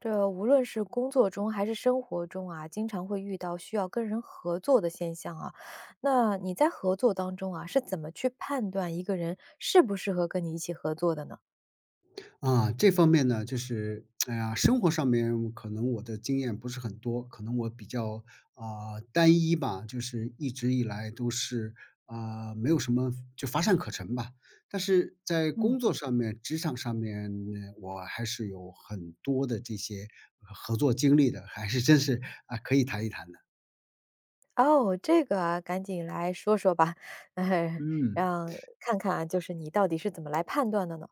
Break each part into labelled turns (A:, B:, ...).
A: 这无论是工作中还是生活中啊，经常会遇到需要跟人合作的现象啊。那你在合作当中啊，是怎么去判断一个人适不适合跟你一起合作的呢？
B: 啊，这方面呢，就是哎呀，生活上面可能我的经验不是很多，可能我比较单一吧，就是一直以来都是没有什么就乏善可陈吧。但是在
A: 嗯。
B: 工作上面、职场上面，我还是有很多的这些合作经历的，还是真是可以谈一谈的。
A: 哦，这个啊，赶紧来说说吧，
B: 嗯，
A: 让看看啊，就是你到底是怎么来判断的呢？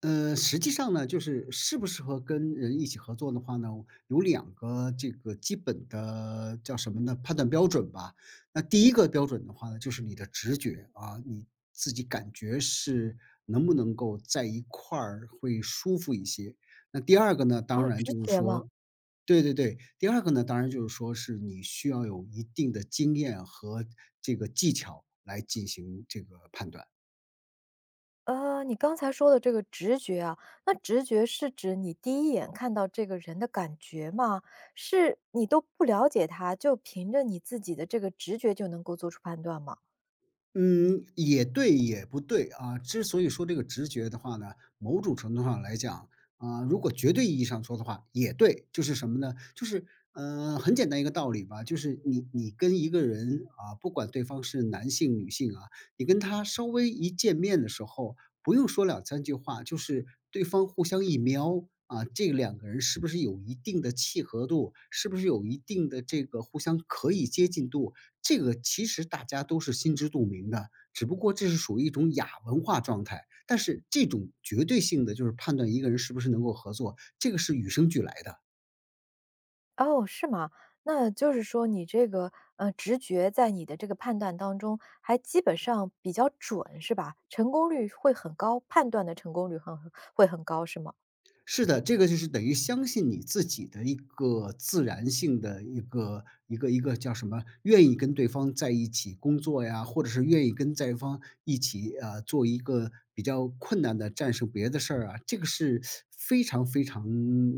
B: 实际上呢，就是适不适合跟人一起合作的话呢，有两个这个基本的叫什么呢？判断标准吧。那第一个标准的话呢，就是你的直觉啊，你自己感觉是能不能够在一块儿会舒服一些。那第二个呢，
A: 哦，
B: 当然
A: 直
B: 就是
A: 觉吗？
B: 说，对对对，第二个呢，当然就是说是你需要有一定的经验和这个技巧来进行这个判断。
A: 你刚才说的这个直觉啊，那直觉是指你第一眼看到这个人的感觉吗？是你都不了解他，就凭着你自己的这个直觉就能够做出判断吗？
B: 嗯，也对，也不对啊。之所以说这个直觉的话呢，某种程度上来讲，如果绝对意义上说的话，也对，就是什么呢？就是，很简单一个道理吧，就是你跟一个人啊，不管对方是男性女性啊，你跟他稍微一见面的时候，不用说两三句话，就是对方互相一瞄。啊，这两个人是不是有一定的契合度？是不是有一定的这个互相可以接近度？这个其实大家都是心知肚明的，只不过这是属于一种亚文化状态。但是这种绝对性的，就是判断一个人是不是能够合作，这个是与生俱来的。
A: 哦，是吗？那就是说你这个，呃，直觉在你的这个判断当中还基本上比较准，是吧？成功率会很高，判断的成功率很会很高，是吗？
B: 是的，这个就是等于相信你自己的一个自然性的一个叫什么，愿意跟对方在一起工作呀，或者是愿意跟对方一起做一个比较困难的战胜别的事儿啊，这个是非常非常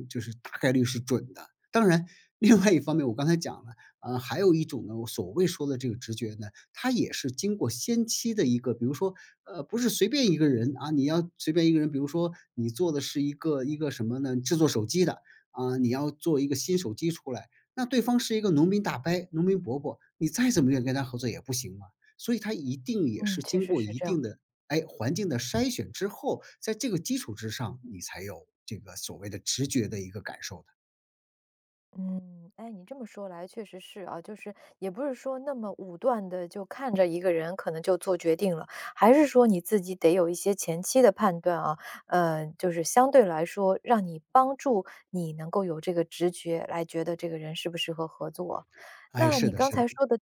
B: 就是大概率是准的。当然，另外一方面，我刚才讲了，还有一种呢，我所谓说的这个直觉呢，它也是经过先期的一个，比如说，不是随便一个人啊，你要随便一个人，比如说你做的是一个什么呢？制作手机的啊，你要做一个新手机出来，那对方是一个农民大伯、农民伯伯，你再怎么愿意跟他合作也不行嘛。所以他一定也
A: 嗯，
B: 是
A: 确
B: 经
A: 实
B: 过
A: 是
B: 一
A: 这样。
B: 定的环境的筛选之后，在这个基础之上，你才有这个所谓的直觉的一个感受的。
A: 嗯，哎，你这么说来确实是啊，就是也不是说那么武断的，就看着一个人可能就做决定了，还是说你自己得有一些前期的判断啊，呃，就是相对来说，让你帮助你能够有这个直觉来觉得这个人适不适合合作。
B: 哎，
A: 那
B: 是
A: 你
B: 的，
A: 刚
B: 是的。
A: 才说的，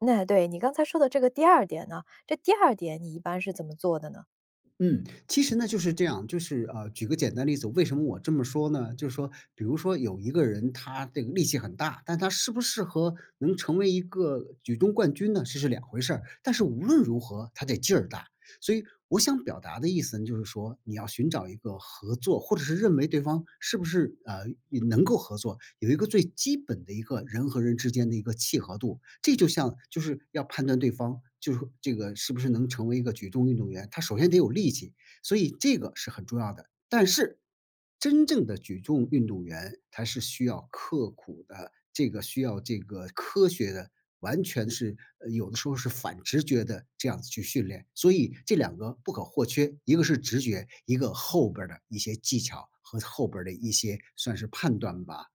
A: 那对，你刚才说的这个第二点呢，这第二点你一般是怎么做的呢？
B: 嗯，其实呢就是这样，就是举个简单例子，为什么我这么说呢？就是说，比如说有一个人他这个力气很大，但他适不适合能成为一个举重冠军呢，这是两回事儿。但是无论如何，他得劲儿大，所以我想表达的意思呢，就是说你要寻找一个合作，或者是认为对方是不是也能够合作，有一个最基本的一个人和人之间的一个契合度。这就像就是要判断对方就是这个是不是能成为一个举重运动员，他首先得有力气，所以这个是很重要的。但是真正的举重运动员，他是需要刻苦的，这个需要这个科学的完全是有的时候是反直觉的这样子去训练。所以这两个不可或缺，一个是直觉，一个后边儿的一些技巧和后边儿的一些算是判断吧，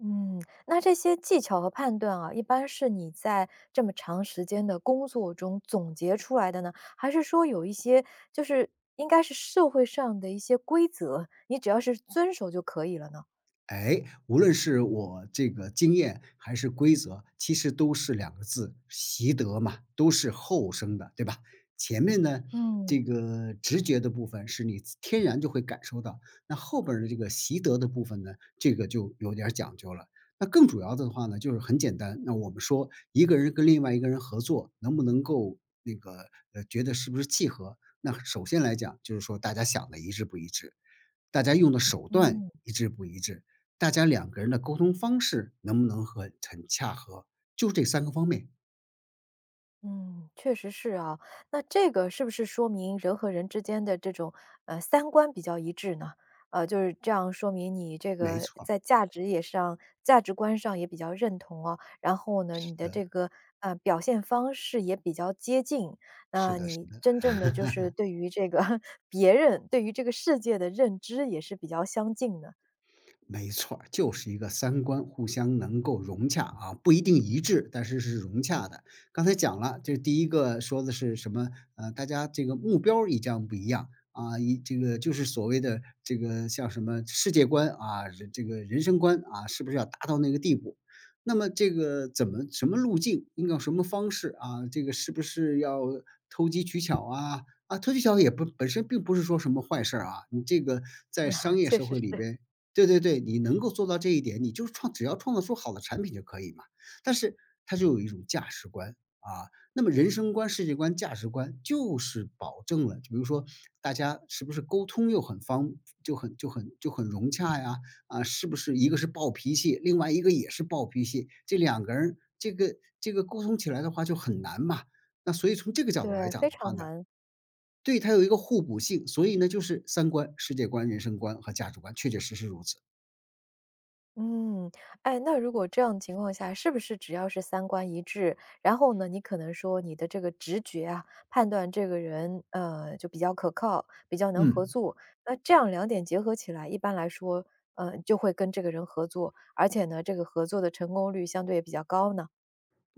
A: 嗯。那这些技巧和判断啊，一般是你在这么长时间的工作中总结出来的呢？还是说有一些就是应该是社会上的一些规则，你只要是遵守就可以了呢？
B: 哎，无论是我这个经验还是规则，其实都是两个字，习得嘛，都是后生的，对吧？前面呢，
A: 嗯。
B: 这个直觉的部分是你自天然就会感受到，那后边儿的这个习得的部分呢，这个就有点儿讲究了。那更主要的话呢，就是很简单，那我们说一个人跟另外一个人合作，能不能够觉得是不是契合？那首先来讲，就是说大家想的一致不一致。大家用的手段
A: 嗯。
B: 一致不一致，大家两个人的沟通方式能不能和很洽合，就这三个方面，
A: 嗯，确实是啊。那这个是不是说明人和人之间的这种，呃，三观比较一致呢？呃，就是这样说明你这
B: 没
A: 个
B: 错
A: 在价值也上价值观上也比较认同哦，然后呢，你的这个，呃，表现方式也比较接近，
B: 是
A: 那
B: 的是
A: 你
B: 的。是的
A: 真正的就是对于这个 别人，对于这个世界的认知也是比较相近的，
B: 没错儿就是一个三观互相能够融洽啊，不一定一致，但是是融洽的。刚才讲了，这第一个说的是什么？大家这个目标儿一样不一样啊，一这个就是所谓的这个像什么世界观啊，人这个人生观啊，是不是要达到那个地步？那么这个怎么什么路径，应该用什么方式啊？这个是不是要投机取巧啊？啊，投机取巧也不本身并不是说什么坏事儿啊。你这个在
A: 啊
B: 商业
A: 确
B: 社
A: 实
B: 会
A: 是，
B: 里边，对对对，你能够做到这一点，你就是创只要创造出好的产品就可以嘛。但是它就有一种价值观，啊，那么人生观、世界观、价值观就是保证了，就比如说大家是不是沟通又很方就很融洽呀？啊，是不是一个是暴脾气，另外一个也是暴脾气，这两个人这个这个沟通起来的话就很难嘛。那所以从这个角度来
A: 对，
B: 讲
A: 非
B: 的话
A: 常
B: 呢，
A: 难。
B: 对，它有一个互补性，所以呢，就是三观、世界观、人生观和价值观，确确实实如此。
A: 嗯，哎，那如果这样的情况下，是不是只要是三观一致，然后呢，你可能说你的这个直觉啊，判断这个人，呃，就比较可靠，比较能合
B: 嗯
A: 作，那这样两点结合起来，一般来说，呃，就会跟这个人合作，而且呢，这个合作的成功率相对也比较高呢？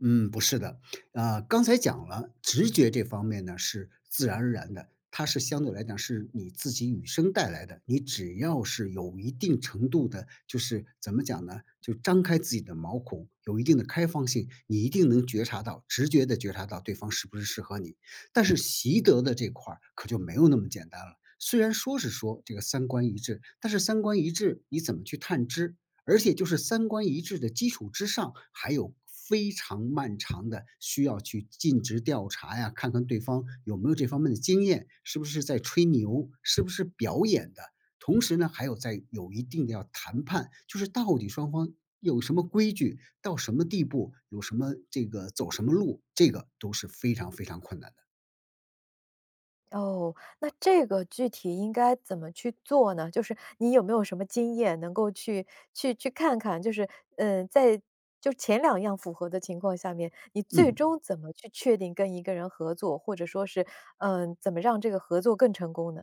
B: 嗯，不是的，啊，刚才讲了，直觉这方面呢是自然而然的，它是相对来讲是你自己与生带来的。你只要是有一定程度的，就是怎么讲呢，就张开自己的毛孔，有一定的开放性，你一定能觉察到，直觉的觉察到对方是不是适合你。但是习得的这块儿可就没有那么简单了。虽然说是说这个三观一致，但是三观一致你怎么去探知？而且就是三观一致的基础之上，还有非常漫长的需要去尽职调查呀，看看对方有没有这方面的经验，是不是在吹牛，是不是表演的。同时呢，还有在有一定的要谈判，就是到底双方有什么规矩，到什么地步，有什么这个走什么路，这个都是非常非常困难的。
A: 哦，那这个具体应该怎么去做呢？就是你有没有什么经验能够去去看看，就是嗯，呃在就前两样符合的情况下面，你最
B: 嗯。
A: 终怎么去确定跟一个人合作，或者说是嗯，怎么让这个合作更成功呢？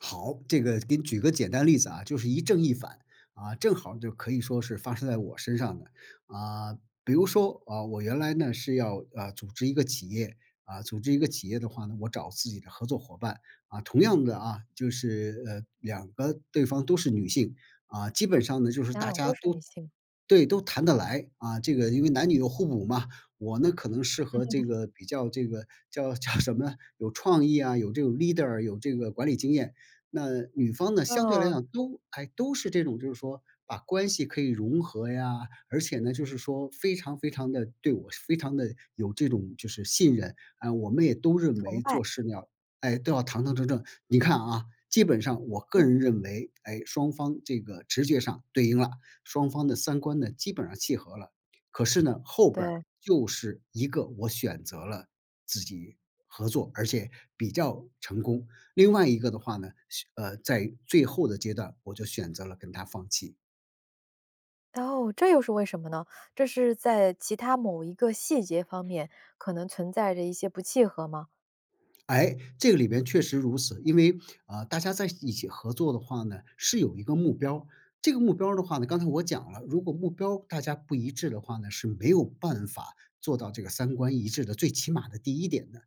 B: 好，这个给你举个简单例子啊，就是一正一反啊，正好就可以说是发生在我身上的啊。比如说啊，我原来呢是要组织一个企业的话呢，我找自己的合作伙伴啊，同样的啊，就是两个对方都是女性啊，基本上呢就是
A: 啊，
B: 大
A: 都
B: 家
A: 是女
B: 都
A: 性。
B: 对，都谈得来啊。这个因为男女有互补嘛，我呢可能适合这个比较这个叫什么呢？有创意啊，有这种 leader,有这个管理经验。那女方呢，相对来
A: 哦，
B: 讲都是这种就是说把关系可以融合呀，而且呢，就是说非常非常的对我非常的有这种就是信任，啊，我们也都认
A: 崇
B: 为
A: 拜。
B: 做事呢都要堂堂正正。你看啊，基本上我个
A: 嗯，
B: 人认为，哎，双方这个直觉上对应了，双方的三观呢基本上契合了。可是呢，后边儿
A: 对。
B: 就是一个我选择了自己合作，而且比较成功，另外一个的话呢，在最后的阶段，我就选择了跟他放弃。
A: 哦，这又是为什么呢？这是在其他某一个细节方面可能存在着一些不契合吗？
B: 哎，这个里边确实如此，因为大家在一起合作的话呢，是有一个目标儿，这个目标儿的话呢，刚才我讲了，如果目标儿大家不一致的话呢，是没有办法做到这个三观一致的，最起码的第一点的。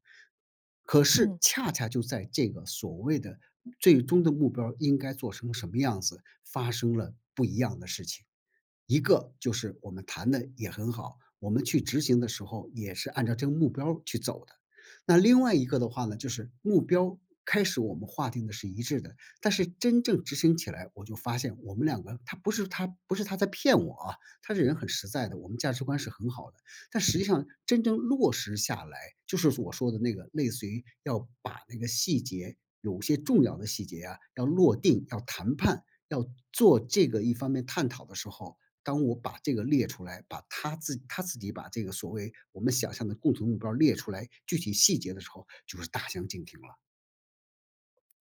B: 可是
A: 嗯。
B: 恰恰就在这个所谓的最终的目标儿应该做成什么样子，发生了不一样的事情。一个就是我们谈的也很好，我们去执行的时候也是按照这个目标儿去走的。那另外一个的话呢，就是目标开始我们划定的是一致的，但是真正执行起来，我就发现我们两个他不是他在骗我啊，他这人很实在的，我们价值观是很好的，但实际上真正落实下来，就是我说的那个类似于要把那个细节，有些重要的细节啊，要落定，要谈判，要做这个一方面探讨的时候，当我把这个列出来，把他自己把这个所谓我们想象的共同目标列出来，具体细节的时候，就是大相径庭了。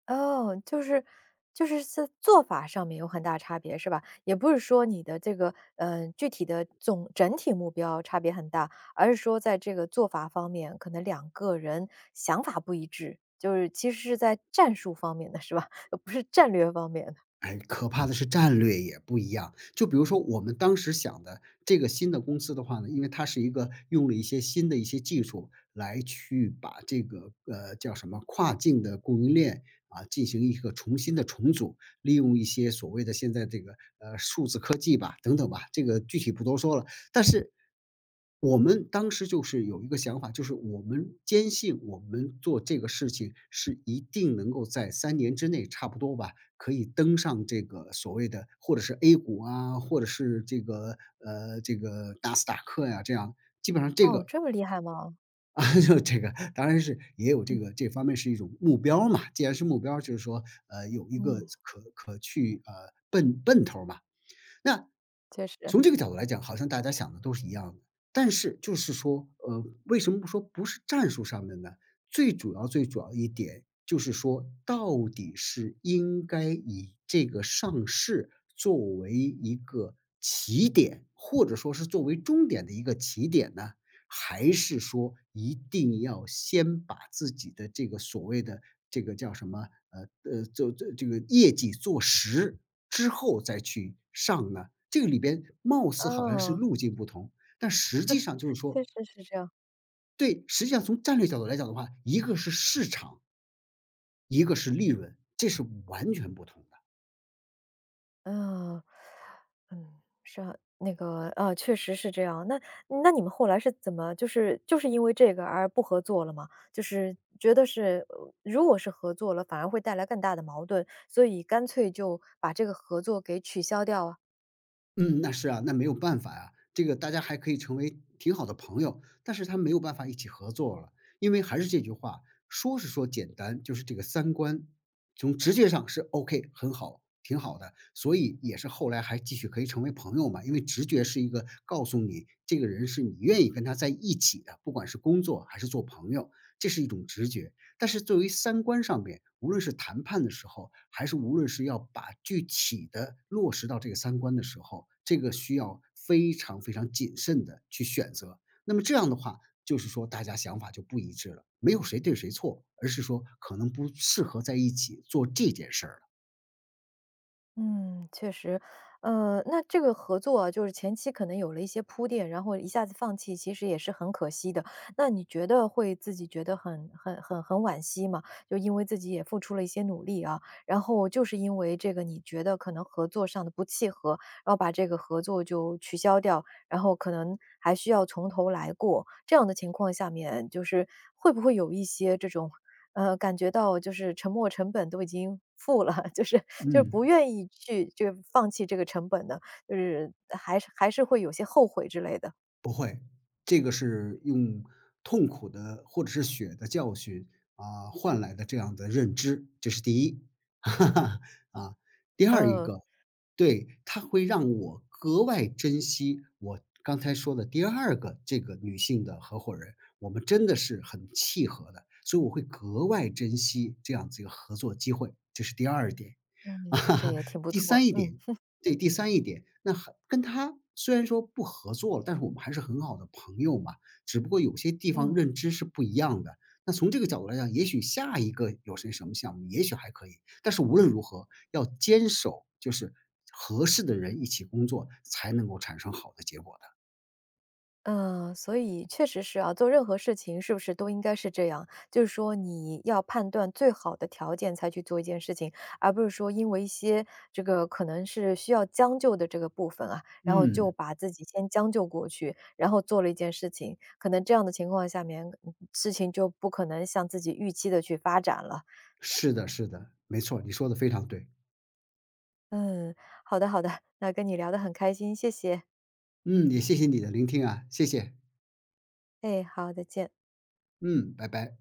A: 哦，就是在做法上面有很大差别，是吧？也不是说你的这个，嗯，呃具体的总整体目标差别很大，而是说在这个做法方面，可能两个人想法不一致，就是其实是在战术方面的，是吧？不是战略方面的。
B: 哎，可怕的是战略也不一样。就比如说我们当时想的这个新的公司的话呢，因为它是一个用了一些新的一些技术来去把这个，叫什么跨境的供应链啊，进行一个重新的重组，利用一些所谓的现在这个，数字科技吧，等等吧，这个具体不多说了。但是我们当时就是有一个想法，就是我们坚信我们做这个事情是一定能够在3年之内差不多吧，可以登上这个所谓的或者是 A 股啊，或者是这个这个纳斯达克呀、这样基本上这
A: 哦，
B: 个
A: 这么厉害吗？
B: 啊，就这个当然是也有这个这方面是一种目标嘛。既然是目标，就是说有一个
A: 嗯，
B: 可去奔头嘛。那
A: 确实。
B: 从这个角度来讲，好像大家想的都是一样的，但是就是说，为什么不说不是战术上面呢？最主要最主要一点就是说，到底是应该以这个上市作为一个起点，或者说是作为终点的一个起点呢？还是说一定要先把自己的这个所谓的这个叫什么，做这个业绩做实之后再去上呢？这个里边貌似好像是
A: 哦，
B: 路径不同，但实际上就是
A: 确
B: 说
A: 实是这样。
B: 对，实际上从战略角度来讲的话，一个是市场，一个是利润，这是完全不同的。
A: 嗯。嗯。是啊，那个，啊，确实是这样。那那你们后来是怎么就是因为这个而不合作了吗？就是觉得是，呃如果是合作了，反而会带来更大的矛盾，所以干脆就把这个合作给取消掉啊？
B: 嗯，那是啊，那没有办法呀、这个大家还可以成为挺好的朋友，但是他没有办法一起合作了，因为还是这句话，说是说简单，就是这个三观从直觉上是 OK,很好，挺好的，所以也是后来还继续可以成为朋友嘛，因为直觉是一个告诉你这个人是你愿意跟他在一起的，不管是工作还是做朋友，这是一种直觉。但是作为三观上面，无论是谈判的时候，还是无论是要把具体的落实到这个三观的时候，这个需要非常非常谨慎的去选择。那么这样的话，就是说大家想法就不一致了，没有谁对谁错，而是说可能不适合在一起做这件事儿
A: 嗯，确实。呃，那这个合作啊，就是前期可能有了一些铺垫，然后一下子放弃，其实也是很可惜的。那你觉得会自己觉得很惋惜吗？就因为自己也付出了一些努力啊，然后就是因为这个你觉得可能合作上的不契合，然后把这个合作就取消掉，然后可能还需要从头来过，这样的情况下面，就是会不会有一些这种呃，感觉到就是沉没成本都已经付了，就是
B: 了。
A: 就是
B: 嗯。
A: 不愿意去就放弃这个成本的，就是还是会有些后悔之类的。
B: 不会，这个是用痛苦的或者是血的教训啊换来的这样的认知，这是第一。哈哈啊，第二一
A: 嗯。
B: 个，对，它会让我格外珍惜我刚才说的第二个这个女性的合伙人，我们真的是很契合的，所以我会格外珍惜这样子一个合作机会，这是第二点。
A: 嗯，这
B: 啊，
A: 也挺不
B: 第
A: 错。
B: 三一
A: 嗯。
B: 点对，第三一点，那还跟他虽然说不合作了，但是我们还是很好的朋友嘛，只不过有些地方
A: 嗯。
B: 认知是不一样的。那从这个角度来讲，也许下一个有些什么项目，也许还可以，但是无论如何要坚守，就是合适的人一起工作，才能够产生好的结果的。
A: 嗯，所以确实是啊，做任何事情是不是都应该是这样？就是说你要判断最好的条件才去做一件事情，而不是说因为一些这个可能是需要将就的这个部分啊，然后就
B: 嗯。
A: 把自己先将就过去，然后做了一件事情，可能这样的情况下面，嗯事情就不可能像自己预期的去发展了。
B: 是的，是的，没错你说的非常对。
A: 嗯，好的好的，那跟你聊得很开心，谢谢。
B: 嗯，也谢谢你的聆听啊，谢谢，
A: 哎，好，再见。
B: 嗯，拜拜。